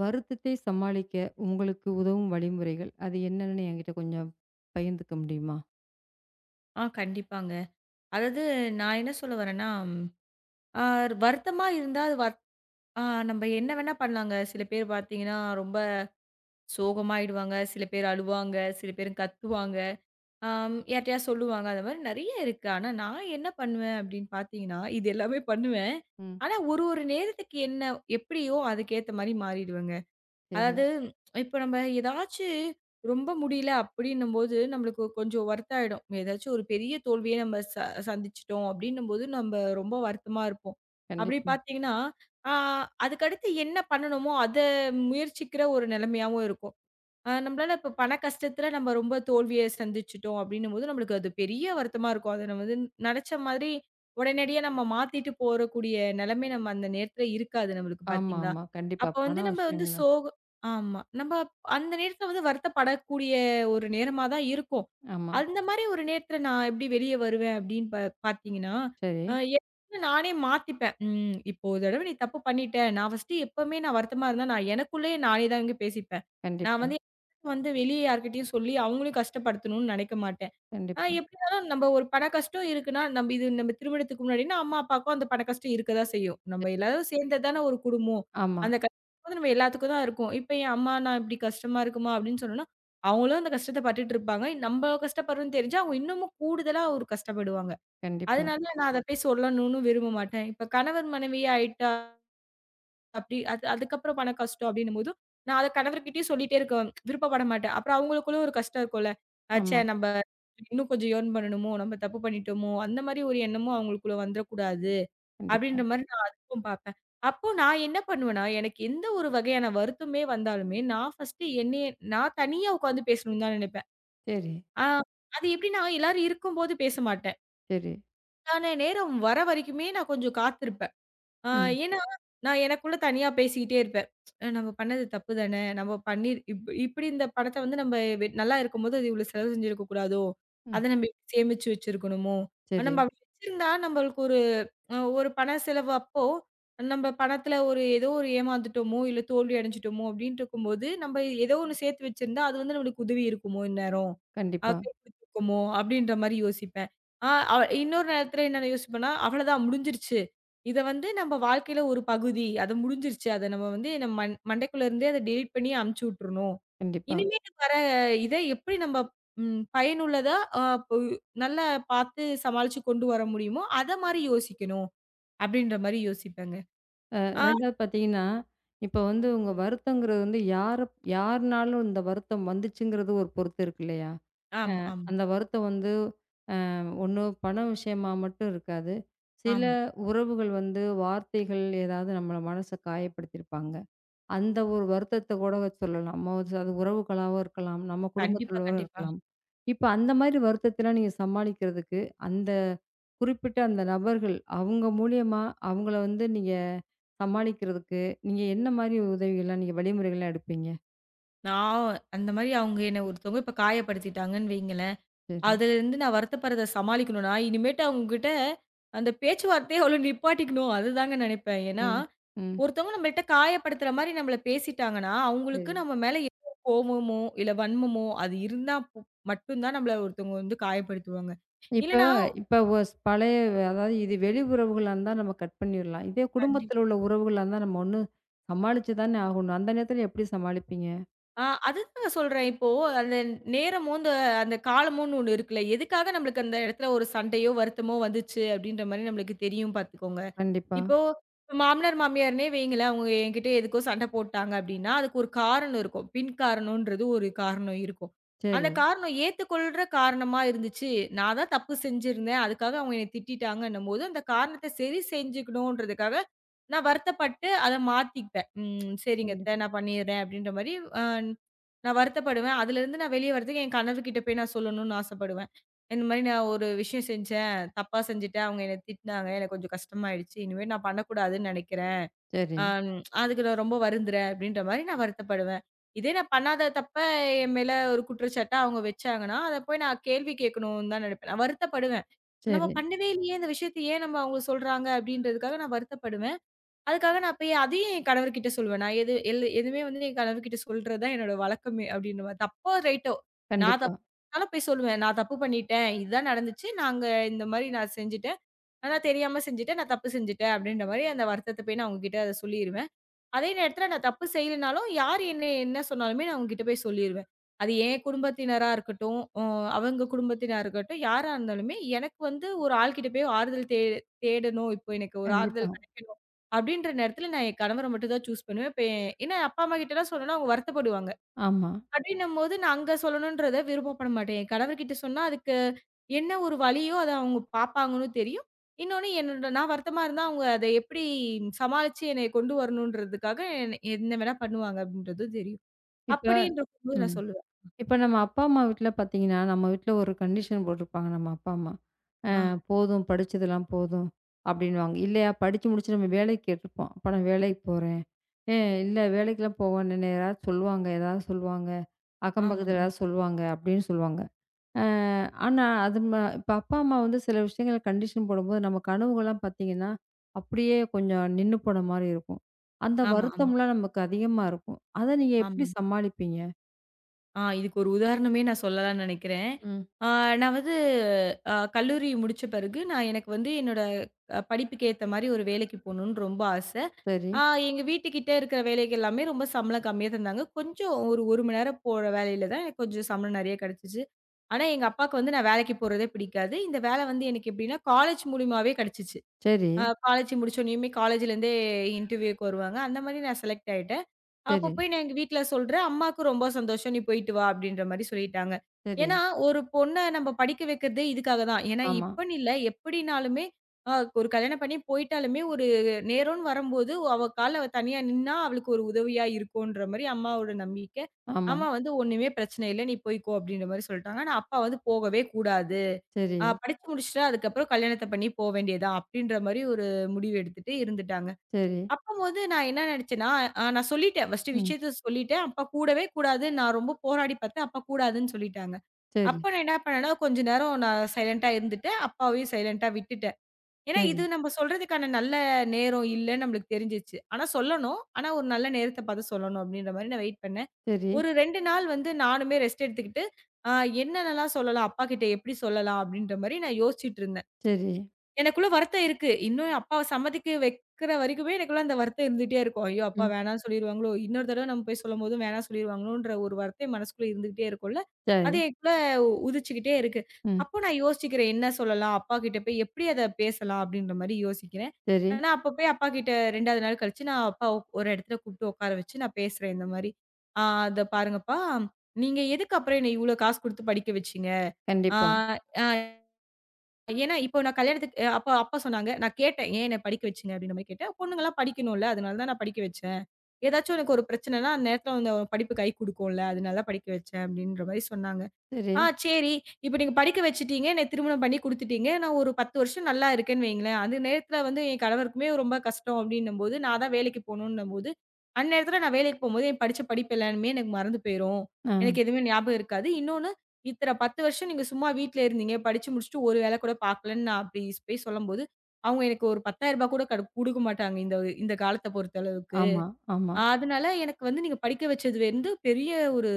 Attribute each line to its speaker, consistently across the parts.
Speaker 1: வருத்தத்தை சமாளிக்க உங்களுக்கு உதவும் வழிமுறைகள், அது என்னன்னு என்கிட்ட கொஞ்சம் பகிர்ந்துக்க முடியுமா?
Speaker 2: கண்டிப்பாங்க. அதாவது நான் என்ன சொல்ல வரேன்னா, ஆ வருத்தமா இருந்தா அது வத் ஆ நம்ப என்ன வேணா பண்ணலாங்க. சில பேர் பார்த்தீங்கன்னா, ரொம்ப சோகமாயிடுவாங்க, சில பேர் அழுவாங்க, சில பேர் கத்துவாங்க, ஆம் யார்ட்டயாவது சொல்லுவாங்க. அந்த மாரி நெறைய இருக்கு. ஆனா நான் என்ன பண்ணுவேன் அப்படின்னு பார்த்தீங்கன்னா, இது எல்லாமே பண்ணுவேன்.
Speaker 1: ம்.
Speaker 2: ஆனா ஒரு ஒரு நேரத்துக்கு என்ன எப்படியோ அதுக்கேத்த மாரி மாறிடுவேங்க.
Speaker 1: சரி.
Speaker 2: அதாவது இப்ப நம்ம ஏதாச்சு ரொம்ப முடியல அப்படின்னும்போது நம்மளுக்கு கொஞ்சம் வருத்தம் ஆயிடும். ஏதாச்சும் ஒரு பெரிய தோல்விய நம்ம சந்திச்சுட்டோம் அப்படின்னும்போது நம்ம ரொம்ப வருத்தமா இருப்போம். அப்படி
Speaker 1: கண்டிப்பா.
Speaker 2: பார்த்தீங்கன்னா, ஆ அதுக்கடுத்து என்ன பண்ணணுமோ அத முயற்சிக்கிற ஒரு நிலைமையாவும் இருக்கும். நம்மளால இப்ப பண கஷ்டத்துல நம்ம ரொம்ப தோல்விய சந்திச்சுட்டோம் அப்டின்னும்போது, நம்மளுக்கு அது பெரிய வருத்தமா இருக்கும். அத நம்ம வந்து நெனச்ச மாதிரி உடனடியா நம்ம மாத்திட்டு போறக்கூடிய நெலைமை நம்ம அந்த நேரத்துல இருக்காது நம்மளுக்கு
Speaker 1: ஆமா,
Speaker 2: பார்த்தீங்களா?
Speaker 1: ஆமா. கண்டிப்பா.
Speaker 2: அப்ப
Speaker 1: பண
Speaker 2: வந்து நம்ம வந்து
Speaker 1: விஷயம்ல.
Speaker 2: ஆமா. நம்ம அந்த நேரத்துல வந்து வருத்தப்படக்கூடிய ஒரு நேரமா தான் இருக்கும்.
Speaker 1: ஆமா.
Speaker 2: அந்த மாரி ஒரு நேரத்துல நான் எப்டி வெளிய வருவேன் அப்டின்னு பார்த்தீங்கன்னா,
Speaker 1: சரி.
Speaker 2: அ என்ன நானே மாத்திப்பேன். இப்போ ஒரு தடவ நீ தப்பு பண்ணிட்ட. நான் ஃபர்ஸ்ட்டு எப்பவுமே நான் வருத்தமா இருந்தா, நான் எனக்குள்ளேயே நானே தாங்க பேசிப்பேன். நான்
Speaker 1: கண்டிப்பா,
Speaker 2: வந்து வந்து வெளிய யார்கிட்டயும் சொல்லி அவங்களையும் கஷ்டப்படுத்தணும்னு நினைக்க மாட்டேன்.
Speaker 1: கண்டிப்பா.
Speaker 2: எப்படி இருந்தாலும் நம்ம ஒரு பண கஷ்டம் இருக்குன்னா, நம்ம இது நம்ம திருமணத்துக்கு முன்னாடின்னா, அம்மா, அப்பாவுக்கும் அந்த பண கஷ்டம் இருக்க தான் செய்யும்.
Speaker 1: ச
Speaker 2: நம்ம எல்லாரும் சேர்ந்தது தானே ஒரு குடும்பம்.
Speaker 1: ஆமா.
Speaker 2: அந்த கஷ்டம் வந்து நம்ம எல்லாத்துக்கும் தான் இருக்கும். இப்ப என் அம்மா, நான் இப்படி கஷ்டமா இருக்குமா அப்படின்னு சொன்னோம்னா, அவங்களும் அந்த கஷ்டத்த பட்டுட்டு இருப்பாங்க. நம்ம கஷ்டப்படுறோம்னு தெரிஞ்சா, அவங்க இன்னமும் கூடுதலா ஒரு கஷ்டப்படுவாங்க.
Speaker 1: கண்டிப்பா.
Speaker 2: அதனால நான் அத போய் சொல்லணும்னு விரும்ப மாட்டேன். இப்ப கணவன் மனைவியே ஆயிட்டா அப்டி அது அதுக்கப்புறம் பண கஷ்டம் அப்டின்னும்போது, நான் அத கணவர்கிட்டயும் சொல்லிட்டே இருக்க விருப்பப்பட மாட்டேன். அப்புறம் அவங்களுக்குள்ள ஒரு கஷ்டம் இருக்கும்ல. "ச்சே
Speaker 1: ஆமா.
Speaker 2: நம்ம இன்னும் கொஞ்சம் ஏர்ன் பண்ணணுமோ, நம்ம தப்பு பண்ணிட்டோமோ." அந்த மாரி ஒரு எண்ணமும் அவங்களுக்குள்ள வந்துரக்கூடாது.
Speaker 1: கண்டிப்பா.
Speaker 2: அப்டின்ற மாரி நான் அதுக்கும் பார்ப்பேன். அப்போ நான் என்ன பண்ணுவேன்னா, எனக்கு எந்த ஒரு வகையான வருத்தமே வந்தாலுமே, நான் ஃபர்ஸ்ட்டு என்னைய நான் தனியா உட்காந்து பேசணும்னு தான் நெனைப்பேன்.
Speaker 1: சரி,
Speaker 2: ஆ அது எப்டின்னா எல்லாரும் இருக்கும்போது பேச மாட்டேன்.
Speaker 1: சரி.
Speaker 2: ஆனா நேரம் வர வரைக்குமே நான் கொஞ்சம் காத்திருப்பேன். ஆ
Speaker 1: ம்,
Speaker 2: ஏன்னா, நான் எனக்குள்ள தனியா பேசிக்கிட்டே இருப்பேன். நம்ம பண்ணது தப்பு தானே! நம்ம பண்ணி இப்பிடி இந்த பணத்த வந்து நம்ம நல்லா இருக்கும்போது அது இவ்ளோ செலவு செஞ்சிருக்க கூடாதோ!
Speaker 1: ம்.
Speaker 2: அத நம்ம இப்பிடி சேமிச்சு வச்சிருக்கணுமோ! ஆனா,
Speaker 1: சரி.
Speaker 2: நம்ம அப்பிடி வச்சிருந்தா நம்மளுக்கு ஒரு ஒரு பண செலவு அப்போ, நம்ம பணத்தில ஒரு ஏதோ ஒரு ஏமாந்துட்டோமோ! இல்ல தோல்வி அடைஞ்சுட்டோமோ! அப்பிடின்ட்டு இருக்கும்போது, நம்ம ஏதோ ஒண்ணு சேர்த்து வச்சிருந்தா, அது வந்து நம்மளுக்கு உதவி இருக்குமோ இந்நேரம்.
Speaker 1: கண்டிப்பா,
Speaker 2: கை குடுத்துருக்குமோ! அப்பிடின்றமாரி யோசிப்பேன். ஆ, அ இன்னொரு நேரத்தில என்ன யோசிப்பேன்னா, அவ்ளதான் முடிஞ்சிருச்சு. இத வந்து நம்ம வாழ்க்கையில ஒரு பகுதி. அது முடிஞ்சிருச்சு. அத நம்ம வந்து நம்ம மண்டைக்குள்ள இருந்தே அத டெலீட் பண்ணி அனுப்பிச்சு விட்டுறணும்.
Speaker 1: கண்டிப்பா.
Speaker 2: இனிமேட்டு வர இத எப்படி நம்ம பயனுள்ளதா அ பு நல்லா பார்த்து சமாளிச்சு கொண்டு வர முடியுமோ, அத மாரி யோசிக்கணும். அப்படின்ற மாரி யோசிப்பேங்க.
Speaker 1: அ
Speaker 2: ஆ
Speaker 1: 2வது பார்த்தீங்கன்னா, இப்ப வந்து உங்க வருத்தங்கிறது வந்து யாருனாலும் இந்த வருத்தம் வந்துச்சுங்கிறது ஒரு பொறுத்து இருக்கு இல்லையா?
Speaker 2: ஆமா, ஆமா,
Speaker 1: அந்த வருத்தம் வந்து ஒண்ணும் பண விஷயமா மட்டும் இருக்காது. சில
Speaker 2: ஆமா.
Speaker 1: உறவுகள் வந்து வார்த்தைகள் ஏதாவது நம்மள மனச காயப்படுத்தியிருப்பாங்க. அந்த ஒரு வருத்தத்த கூட சொல்லலாம். நம்ம வந்து அது உறவுகளாவும் இருக்கலாம். நம்ம
Speaker 2: கண்டிப்பா,
Speaker 1: குடும்பத்திலவும்
Speaker 2: கண்டிப்பா.
Speaker 1: இருக்கலாம். இப்ப அந்த மாரி வருத்தத்தலாம் நீங்க சமாளிக்கிறதுக்கு, அந்த குறிப்பிட்ட அந்த நபர்கள் அவங்க மூலியமா அவங்கள வந்து நீங்க சமாளிக்கிறதுக்கு, நீங்க என்ன மாரி உதவிகள்லாம் நீங்க வழிமுறைகள்லாம் எடுப்பீங்க?
Speaker 2: நான் அந்த மாரி அவங்க என்ன ஒருத்தவங்க இப்ப காயப்படுத்திட்டாங்கன்னு வைங்களேன்,
Speaker 1: சரி.
Speaker 2: அதுலருந்து நான் வருத்தப்படுறத சமாளிக்கணும்னா, இனிமேட்டு அவங்ககிட்ட அந்த பேச்சுவார்த்தையே அவ்வளோ நிப்பாட்டிக்கணும். அதுதாங்க நினைப்பேன். ஏன்னா
Speaker 1: ம். ம்.
Speaker 2: ஒருத்தவங்க நம்மள்ட்ட காயப்படுத்துற மாரி நம்மள பேசிட்டாங்கன்னா, அவங்களுக்கு
Speaker 1: சரி.
Speaker 2: நம்ம மேல ஏதோ கோவமோ, இல்ல வன்மமோ அது இருந்தா மட்டும் தான் நம்மள ஒருத்தவங்க வந்து காயப்படுத்துவாங்க.
Speaker 1: இப்ப
Speaker 2: இல்லன்னா
Speaker 1: இப்ப பழைய அதாவது இது வெளி உறவுகளா இருந்தா நம்ம கட் பண்ணிர்லாம். இதே
Speaker 2: கண்டிப்பா.
Speaker 1: குடும்பத்தில உள்ள உறவுகளா இருந்தா நம்ம ஒண்ணு சமாளிச்சு தானே ஆகணும். அந்த நேரத்தில எப்படி சமாளிப்பீங்க?
Speaker 2: அதுதாங்க சொல்றேன். இப்போ அந்த நேரமோ, அந்த அந்த காலமோன்னு ஒண்ணு இருக்குல்ல. எதுக்காக நம்மளுக்கு அந்த இடத்துல ஒரு சண்டையோ, வருத்தமோ வந்துச்சு அப்படின்ற மாரி நம்மளுக்கு தெரியும் பார்த்துக்கோங்க.
Speaker 1: கண்டிப்பா.
Speaker 2: இப்போ மாமனார், மாமியார்ன்னே வையுங்களேன். அவங்க என்கிட்ட எதுக்கோ சண்டை போட்டாங்க அப்டின்னா, அதுக்கு ஒரு காரணம் இருக்கும். பின் காரணம்ன்றது ஒரு காரணம் இருக்கும். அந்த
Speaker 1: சரி.
Speaker 2: காரணம் ஏத்துக்கொள்ற காரணமா இருந்துச்சு. நான் தான் தப்பு செஞ்சிருந்தேன். அதுக்காக அவங்க என்னை திட்டிட்டாங்கன்னும்போது, அந்த காரணத்த சரி செஞ்சுக்கணுன்றதுக்காக நான் வருத்தப்பட்டு அத மாத்திப்பேன். சரிங்க அத்த
Speaker 1: கண்டிப்பா.
Speaker 2: நான் பண்ணிடுறேன் அப்படின்ற மாரி அ நான் வருத்தப்படுவேன். அதுலருந்து நான் வெளிய வரதுக்கு என் கணவர்கிட்ட போய் நான் சொல்லணும்னு ஆசைப்படுவேன். இந்த மாரி நான் ஒரு விஷயம் செஞ்சேன். தப்பா செஞ்சுட்டேன். அவங்க என்ன திட்டினாங்க. எனக்கு கொஞ்சம் கஷ்டமாயிடுச்சு. இனிமே நான் பண்ணக்கூடாதுன்னு நெனைக்கிறேன்.
Speaker 1: சரி,
Speaker 2: அ அதுக்கு நான் ரொம்ப வருந்துறேன் அப்படின்ற மாரி நான் வருத்தப்படுவேன். இதே நான் பண்ணாத என் மேல ஒரு குற்றச்சாட்டா அவங்க வச்சாங்கன்னா, அத போய் நான் கேள்வி கேட்கணும்னு தான் நெனைப்பேன். நான் வருத்தப்படுவேன். நம்ம
Speaker 1: சரி.
Speaker 2: பண்ணவே இல்லையே இந்த விஷயத்த ஏன் நம்ம அவங்க சொல்றாங்க அப்படின்றதுக்காக நான் வருத்தப்படுவேன். அதுக்காக நான் போய் அதையும் என் கணவர்கிட்ட சொல்லுவேன். நான் எதுவுமே வந்து என் கணவர்கிட்ட சொல்றது தான் என்னோட வழக்கமே அப்படின்ற மாரி. தப்போ, ரைட்டோ நான்
Speaker 1: கண்டிப்பா,
Speaker 2: தப்பு பண்ணாலும் போய் சொல்லுவேன். "நான் தப்பு பண்ணிட்டேன். இதுதான் நடந்துச்சு. நாங்க இந்த மாரி நான் செஞ்சுட்டேன். ஆனா தெரியாம செஞ்சுட்டேன். நான் தப்பு செஞ்சுட்டேன்." அப்படின்ற மாரி அந்த வருத்தத்த போய் நான் அவங்ககிட்ட அத சொல்லிருவேன். அதே நேரத்துல நான் தப்பு செய்யலனாலும், யார் என்ன என்ன சொன்னாலுமே நான் அவங்ககிட்ட போய் சொல்லிருவேன். அது என் குடும்பத்தினரா இருக்கட்டும், அவங்க குடும்பத்தினரா இருக்கட்டும், யாரா இருந்தாலுமே எனக்கு வந்து ஒரு ஆள்கிட்ட போய் ஆறுதல் தேடணும். இப்போ எனக்கு ஒரு
Speaker 1: கண்டிப்பா.
Speaker 2: ஆறுதல் கிடைக்கணும். அப்படின்ற நேரத்துல நான் என் கணவர மட்டும் தான் சூஸ் பண்ணுவேன். இப்ப ஏன்னா அப்பா, அம்மா கிட்டலாம் சொன்னேன்னா அவங்க வருத்தப்படுவாங்க.
Speaker 1: ஆமா.
Speaker 2: அப்படின்னும்போது நான் அங்க சொல்லணுன்றத விருப்பப்பட மாட்டேன். என் கணவர்கிட்ட சொன்னா, அதுக்கு என்ன ஒரு வழியோ, அத அவங்க பார்ப்பாங்கன்னு தெரியும். இன்னொன்னு என்னோட நான் வருத்தமா இருந்தா, அவங்க அத எப்படி சமாளிச்சு என்னைய கொண்டு வரணுன்றதுக்காக என்ன என்ன வேணா பண்ணுவாங்க அப்படின்றதும் தெரியும்.
Speaker 1: இப்ப
Speaker 2: அப்படின்றபோது நான்
Speaker 1: ம்.
Speaker 2: சொல்லுவேன்.
Speaker 1: இப்ப நம்ம அப்பா, அம்மா வீட்ல பார்த்தீங்கன்னா, நம்ம வீட்ல ஒரு கண்டிஷன் போட்டிருப்பாங்க நம்ம அப்பா, அம்மா.
Speaker 2: ஆ,
Speaker 1: போதும் படிச்சதெல்லாம் போதும் அப்படின்னுவாங்க. இல்லையா படிச்சு முடிச்சு நம்ம வேலைக்கு கேட்டிருப்போம். அப்ப நான் வேலைக்கு போறேன். ஏ இல்ல வேலைக்கெல்லாம் போவேன்னு யாராவது சொல்லுவாங்க. ஏதாவது சொல்லுவாங்க. அக்கம்
Speaker 2: ஆமா,
Speaker 1: பக்கத்துல ஏதாவது சொல்லுவாங்க அப்படின்னு சொல்லுவாங்க. அ ஆனா, அது ம இப்ப அப்பா, அம்மா வந்து சில விஷயங்கள கண்டிஷன் போடும்போது, நம்ம கனவுகள்லாம் பார்த்தீங்கன்னா, அப்படியே கொஞ்சம் நின்னு போன மாரி இருக்கும். அந்த
Speaker 2: ஆமா, ஆமா,
Speaker 1: வருத்தம்லாம் நமக்கு அதிகமா இருக்கும். அத நீங்க எப்படி
Speaker 2: ஆமாங்க.
Speaker 1: சமாளிப்பீங்க?
Speaker 2: இதுக்கு ஒரு உதாரணமே நான் சொல்லலாம்னு நெனைக்கிறேன்.
Speaker 1: ம்.
Speaker 2: ஆ நான் வந்து கல்லூரி முடிச்ச பிறகு, நான் எனக்கு வந்து என்னோட படிப்புக்கு ஏத்த மாரி ஒரு வேலைக்கு போணும்னு ரொம்ப ஆச.
Speaker 1: சரி,
Speaker 2: ஆ எங்க வீட்டுக்கிட்ட இருக்கிற வேலைகள் எல்லாமே ரொம்ப சம்பளம் கம்மியா தந்தாங்க. கொஞ்சம் ஒரு 1 மணி நேரம் போற வேலையில தான் எனக்கு கொஞ்சம் சம்பளம் நெறைய கிடைச்சுச்சு. ஆனா எங்க அப்பாவுக்கு வந்து நான் வேலைக்கு போறதே பிடிக்காது. இந்த வேலை வந்து எனக்கு எப்படின்னா, காலேஜ் மூலியமாவே கிடைச்சுச்சு.
Speaker 1: சரி,
Speaker 2: காலேஜ் முடிச்ச உடனேயுமே காலேஜ்லேருந்தே இன்டர்வியூக்கு வருவாங்க. அந்த மாரி நான் செலக்ட் ஆயிட்டேன். அப்ப
Speaker 1: சரி,
Speaker 2: போய் நான் எங்க வீட்ல சொல்றேன். அம்மாவுக்கு ரொம்ப சந்தோஷம். "நீ போயிட்டு வா" அப்படின்ற மாரி சொல்லிட்டாங்க.
Speaker 1: சரி.
Speaker 2: ஏன்னா, ஒரு பொண்ண நம்ம படிக்க வைக்கிறதே இதுக்காக தான். ஏன்னா
Speaker 1: ஆமா,
Speaker 2: இப்பன்னு இல்ல, எப்படினாலுமே அ ஒரு கல்யாணம் பண்ணி போயிட்டாலுமே ஒரு நேரம்னு வரும்போது, அவ கால்ல அவ தனியா நின்னா அவளுக்கு ஒரு உதவியா இருக்குன்ற மாரி அம்மாவோட நம்பிக்கை.
Speaker 1: ஆமா.
Speaker 2: அம்மா வந்து "ஒண்ணுமே பிரச்சனை இல்ல. நீ போய்க்கோ" அப்படின்ற மாரி சொல்லிட்டாங்க. ஆனா அப்பா வந்து "போகவே கூடாது.
Speaker 1: சரி,
Speaker 2: படிச்சு முடிச்சுட்டா அதுக்கப்புறம் கல்யாணத்த பண்ணி போ வேண்டியது தான்" அப்படின்ற மாரி ஒரு முடிவு எடுத்துட்டு இருந்துட்டாங்க.
Speaker 1: சரி.
Speaker 2: அப்பம்போது நான் என்ன நினைச்சேன்னா, நான் சொல்லிட்டேன். ஃபர்ஸ்ட்டு
Speaker 1: ம்.
Speaker 2: விஷயத்த சொல்லிட்டேன். அப்பா கூடவே கூடாது. நான் ரொம்ப போராடி பார்த்தேன். அப்பா கூடாதுன்னு சொல்லிட்டாங்க.
Speaker 1: சரி,
Speaker 2: அப்ப நான் என்ன பண்ணேன்னா, கொஞ்ச நேரம் நான் சைலன்ட்டா இருந்துட்டேன். அப்பாவையும் சைலன்ட்டா விட்டுட்டேன். ஏன்னா,
Speaker 1: சரி,
Speaker 2: இது நம்ம சொல்றதுக்கான நல்ல நேரம் இல்லன்னு நம்மளுக்கு தெரிஞ்சிருச்சு. ஆனா சொல்லணும். ஆனா ஒரு நல்ல நேரத்த பார்த்து சொல்லணும் அப்டின்ற மாரி நான் வெயிட் பண்ணேன்.
Speaker 1: சரி,
Speaker 2: ஒரு 2 நாள் வந்து நானுமே ரெஸ்ட் எடுத்துக்கிட்டு, அ என்னென்னலாம் சொல்லலாம்? அப்பாகிட்ட எப்டி சொல்லலாம்? அப்டின்ற மாரி நான் யோசிச்சுட்டு இருந்தேன்.
Speaker 1: சரி.
Speaker 2: எனக்குள்ள வருத்தம் இருக்கு. இன்னும் அப்பாவ சம்மதிக்க வைக்கிற வரைக்குமே எனக்குள்ள அந்த வருத்தம் இருந்துட்டே இருக்கும். ஐயோ! அப்பா
Speaker 1: ம்.
Speaker 2: வேணான்னு சொல்லிருவாங்களோ! இன்னொரு தடவ நம்ம போய் சொல்லும்போதும் வேணான்னு சொல்லிருவாங்களோன்ற ஒரு வருத்தம் என் மனசுக்குள்ள இருந்துகிட்டே இருக்கும்ல.
Speaker 1: சரி.
Speaker 2: அது எனக்குள்ள உதிச்சுக்கிட்டே இருக்கு.
Speaker 1: ம்.
Speaker 2: அப்போ நான் யோசிக்கிறேன். என்ன சொல்லலாம்? அப்பா கிட்ட போய் எப்படி அத பேசலாம்? அப்படின்ற மாரி யோசிக்கிறேன்.
Speaker 1: சரி.
Speaker 2: ஆனா, அப்ப போய் அப்பா கிட்ட 2வது நாள் கழிச்சு நான் அப்பாவ ஒரு இடத்துல கூப்பிட்டு உட்கார வச்சு நான் பேசுறேன் இந்த மாரி. "ஆ அத பாருங்கப்பா, நீங்க எதுக்கு அப்புறம் என்ன இவ்ளோ காசு குடுத்து படிக்க வச்சீங்க? ஆ,
Speaker 1: கண்டிப்பா.
Speaker 2: ஆ ஏன்னா, இப்போ நான் கல்யாணத்துக்கு அப்ப அப்பா சொன்னாங்க. நான் கேட்டேன். "ஏன் என்ன படிக்க வச்சீங்க?" அப்படின்ற மாரி கேட்டேன். "பொண்ணுங்கலாம் படிக்கணும்ல, அதனால தான் நான் படிக்க வச்சேன். ஏதாச்சும் எனக்கு ஒரு பிரச்சனைனா, அந்த நேரத்துல வந்து படிப்பு கை குடுக்கும்ல, அதனால படிக்க வச்சேன்." அப்படின்ற மாரி சொன்னாங்க.
Speaker 1: சரி.
Speaker 2: சரி. இப்ப நீங்க படிக்க வச்சுட்டீங்க. என்னை திருமணம் பண்ணி குடுத்துட்டீங்க. நான் ஒரு 10 வருஷம் நல்லா இருக்கேன்னு வைங்களேன். அந்த நேரத்துல வந்து என் கணவருக்குமே ரொம்ப கஷ்டம் அப்டின்னும்போது, நான் தான் வேலைக்கு போணுன்னும்போது, அந்நேரத்துல நான் வேலைக்கு போம்போது என் படிச்ச படிப்பு எல்லாமே எனக்கு மறந்து போயிரும்.
Speaker 1: ஆ.
Speaker 2: எனக்கு எதுவுமே ஞாபகம் இருக்காது. இன்னொன்னு இத்தன 10 வருஷம் நீங்க சும்மா வீட்ல இருந்தீங்க. படிச்சு முடிச்சுட்டு ஒரு வேல கூட பார்க்கலன்னு நான் அப்டி போய் சொல்லும்போது, அவங்க எனக்கு ஒரு ரூ. 10,000 கூட குடுக்க மாட்டாங்க. இந்த இந்த காலத்த பொறுத்த அளவுக்கு.
Speaker 1: ஆமா, ஆமா.
Speaker 2: அதனால எனக்கு வந்து நீங்க படிக்க வச்சது வந்து பெரிய ஒரு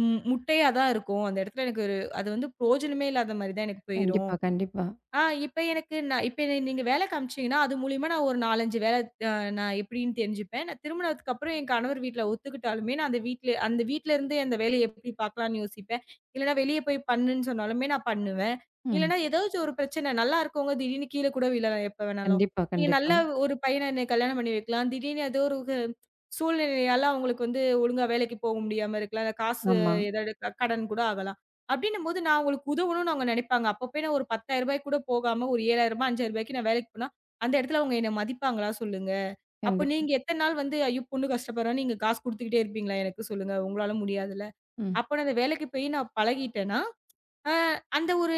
Speaker 2: முட்டையா தான் இருக்கும். அந்த இடத்துல எனக்கு ஒரு அது வந்து பிரயோஜனமே இல்லாத மாரி தான் எனக்கு போயிரும்.
Speaker 1: கண்டிப்பா, கண்டிப்பா.
Speaker 2: இப்ப எனக்கு நான் இப்ப என்ன நீங்க வேலை காமிச்சீங்கன்னா, அது மூலியமா நான் ஒரு 4, 5 வேலை அ நான் எப்படின்னு தெரிஞ்சுப்பேன். நான் திருமணத்துக்கு அப்புறம் என் கணவர் வீட்ல ஒத்துக்கிட்டாலுமே, நான் அந்த வீட்ல இருந்தே அந்த வேலைய எப்படி பார்க்கலாம்ன்னு யோசிப்பேன். இல்லன்னா வெளிய போய் பண்ணுன்னு சொன்னாலுமே நான் பண்ணுவேன்.
Speaker 1: ம்.
Speaker 2: இல்லன்னா ஏதாச்சும் ஒரு பிரச்சனை நல்லா இருக்கவங்க திடீர்னு கீழ கூட விழலாம் எப்ப வேணாலும்.
Speaker 1: கண்டிப்பா,
Speaker 2: நீங்க நல்ல
Speaker 1: கண்டிப்பா.
Speaker 2: ஒரு பையன என்ன கல்யாணம் பண்ணி வைக்கலாம். திடீர்னு ஏதோ ஒரு சூழ்நிலையால அவங்களுக்கு வந்து ஒழுங்கா வேலைக்கு போக முடியாம இருக்கலாம். இல்ல காசு
Speaker 1: ஆமா.
Speaker 2: ஏதாவது கடன் கூட ஆகலாம். அப்டின்னும்போது நான் அவங்களுக்கு உதவணும்னு அவங்க நெனைப்பாங்க. அப்ப போய் நான் ஒரு ரூ. 10,000 கூட போகாம ஒரு ரூ. 7,000 ரூ. 5,000 நான் வேலைக்கு போனா, அந்த இடத்துல அவங்க என்ன மதிப்பாங்களா சொல்லுங்க? அப்ப
Speaker 1: கண்டிப்பா.
Speaker 2: நீங்க எத்தன நாள் வந்து ஐயோ! பொண்ணு கஷ்டப்படுறான்னு நீங்க காசு குடுத்துக்கிட்டே இருப்பீங்களா எனக்கு சொல்லுங்க? உங்களால முடியாதுல்ல.
Speaker 1: ம்.
Speaker 2: அப்ப நான் அந்த வேலைக்கு போய் நான் பழகிட்டேன்னா ஆ அந்த ஒரு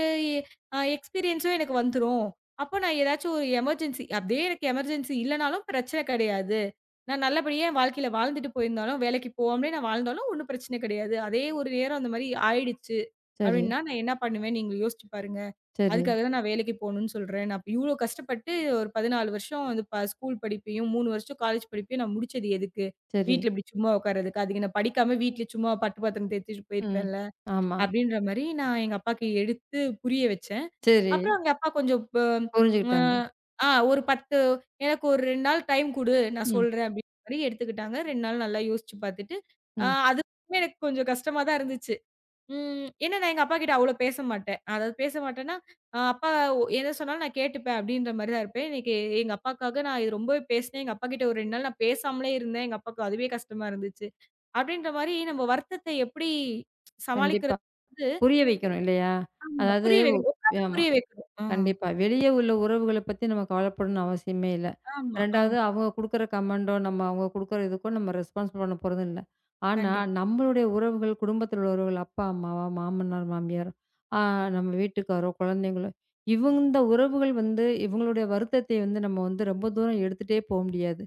Speaker 2: எக்ஸ்பீரியன்ஸும் எனக்கு வந்துரும். அப்போ நான் ஏதாச்சும் ஒரு எமர்ஜென்சி அப்படியே எனக்கு எமர்ஜென்சி இல்லனாலும் பிரச்சனை கிடையாது. நான் நல்லபடியா என் வாழ்க்கையில வாழ்ந்துட்டு போயிருந்தாலும், வேலைக்கு போகாமலே நான் வாழ்ந்தாலும் ஒண்ணும் பிரச்சனை கிடையாது. அதே ஒரு நேரம் அந்த மாரி ஆயிடுச்சு
Speaker 1: சரி,
Speaker 2: அப்படின்னா, நான் என்ன பண்ணுவேன் நீங்க யோசிச்சு பாருங்க.
Speaker 1: சரி,
Speaker 2: அதுக்காக தான் நான் வேலைக்கு போணும்னு சொல்றேன். நான் இப்ப இவ்ளோ கஷ்டப்பட்டு ஒரு 14 வருஷம் வந்து ஸ்கூல் படிப்பையும், 3 வருஷம் காலேஜ் படிப்பையும் நான் முடிச்சது எதுக்கு?
Speaker 1: சரி.
Speaker 2: வீட்ல இப்படி சும்மா உட்கார்றதுக்கு. அதுக்கு நான் படிக்காம வீட்ல சும்மா பட்டு பாத்திரம் தேய்ச்சுட்டு
Speaker 1: ம்.
Speaker 2: போயிருப்பேன்ல.
Speaker 1: ஆமா.
Speaker 2: அப்படின்ற மாரி நான் எங்க அப்பாக்கு எடுத்து புரிய வச்சேன்.
Speaker 1: சரி.
Speaker 2: அப்புறம் எங்க அப்பா கொஞ்சம் ப
Speaker 1: புரிஞ்சுக்கிட்டாங்க.
Speaker 2: அ ஆ ஒரு 10 எனக்கு ஒரு 2 நாள் டைம் குடு நான்
Speaker 1: ம்,
Speaker 2: சொல்றேன் அப்படின்ற மாரி எடுத்துக்கிட்டாங்க. 2 நாள் நல்லா யோசிச்சு பார்த்துட்டு,
Speaker 1: ம்.
Speaker 2: அதுவுமே எனக்கு கொஞ்சம் கஷ்டமா தான் இருந்துச்சு. ஏன்னா நான் எங்க அப்பாகிட்ட அவ்வளோ பேச மாட்டேன். அதாவது பேச மாட்டேன்னா, அப்பா எத சொன்னாலும் நான் கேட்டுப்பேன் அப்படின்ற மாரி தான் இருப்பேன். இன்னைக்கு எங்க அப்பாக்காக நான் இது ரொம்பவே பேசினேன். எங்க அப்பாகிட்ட ஒரு 2 நாள் நான் பேசாமலே இருந்தேன். எங்க அப்பாவுக்கு அதுவே கஷ்டமா இருந்துச்சு. அப்படின்ற மாரி நம்ம வருத்தத்த எப்படி
Speaker 1: கண்டிப்பா.
Speaker 2: சமாளிக்கிறது
Speaker 1: புரிய வைக்கணும் இல்லையா?
Speaker 2: ஆமா.
Speaker 1: அதாவது
Speaker 2: புரிய வைக்கணும். உட்காந்து
Speaker 1: ஆமா.
Speaker 2: புரிய வைக்கணும். ஆ.
Speaker 1: கண்டிப்பா. வெளிய உள்ள உறவுகள பத்தி நம்ம கவலைப்படணும்னு அவசியமே இல்ல.
Speaker 2: ஆமா, ஆமா.
Speaker 1: 2வது அவங்க குடுக்குற கமெண்டோ, நம்ம அவங்க குடுக்குற இதுக்கோ நம்ம ரெஸ்பான்ஸ் பண்ண போறதும் இல்ல. ஆனா,
Speaker 2: கண்டிப்பா.
Speaker 1: நம்மளுடைய உறவுகள், குடும்பத்தில் உள்ளவர்கள், அப்பா, அம்மாவா, மாமனார், மாமியார், ஆ நம்ம வீட்டுக்காரோ, குழந்தைங்களோ, இவங்க இந்த உறவுகள் வந்து இவங்களுடைய வருத்தத்தை வந்து நம்ம வந்து ரொம்ப தூரம் எடுத்துட்டே போ முடியாது.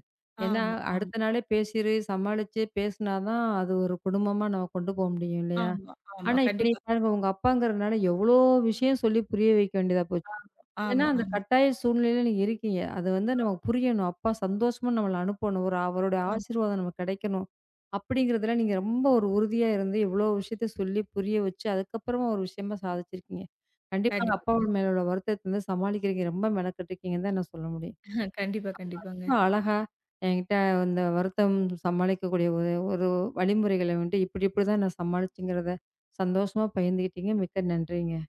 Speaker 1: ஏன்னா,
Speaker 2: ஆமா, ஆமா,
Speaker 1: அடுத்த நாளே பேசிரு, சமாளிச்சு பேசினா தான் அது ஒரு குடும்பமா நம்ம கொண்டு போ முடியும் இல்லையா?
Speaker 2: ஆமா, ஆமா.
Speaker 1: ஆனா, இப்ப
Speaker 2: கண்டிப்பா.
Speaker 1: நீங்க பாருங்க உங்க அப்பாங்கிறனால எவ்வளோ விஷயம் சொல்லி புரிய வைக்க வேண்டியதா போச்சு.
Speaker 2: ஆமா,
Speaker 1: ஏன்னா,
Speaker 2: ஆமா,
Speaker 1: அந்த
Speaker 2: ஆமா.
Speaker 1: கட்டாய சூழ்நிலையில நீங்க இருக்கீங்க. அது வந்து நமக்கு புரியணும். அப்பா சந்தோஷமா நம்மள அனுப்பணும். ஒரு அவருடைய
Speaker 2: ஆ.
Speaker 1: ஆசீர்வாதம் நமக்கு கிடைக்கணும். அப்படிங்கிறதுல நீங்க ரொம்ப ஒரு உறுதியா இருந்து இவ்வளோ விஷயத்த சொல்லி புரிய வச்சு, அதுக்கப்புறமா ஒரு விஷயமா சாதிச்சிருக்கீங்க. கண்டிப்பா
Speaker 2: கண்டிப்பா,
Speaker 1: அப்பாவோட
Speaker 2: கண்டிப்பா.
Speaker 1: மேல உள்ள வருத்தத்த வந்து சமாளிக்கிறீங்க. ரொம்ப மெனக்கட்டுருக்கீங்கன்னு தான் நான் சொல்ல முடியும்.
Speaker 2: கண்டிப்பா, கண்டிப்பாங்க.
Speaker 1: ரொம்ப அழகா என்கிட்ட இந்த வருத்தம் சமாளிக்கக்கூடிய ஒரு ஒரு வழிமுறைகள வந்துட்டு, இப்டி இப்டிதான் நான் சமாளிச்சேங்கிறத சந்தோஷமா பகிர்ந்துக்கிட்டீங்க. மிக்க நன்றிங்க.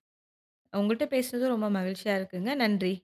Speaker 2: உங்கள்ட்ட பேசுனது ரொம்ப மகிழ்ச்சியா இருக்குங்க. நன்றி.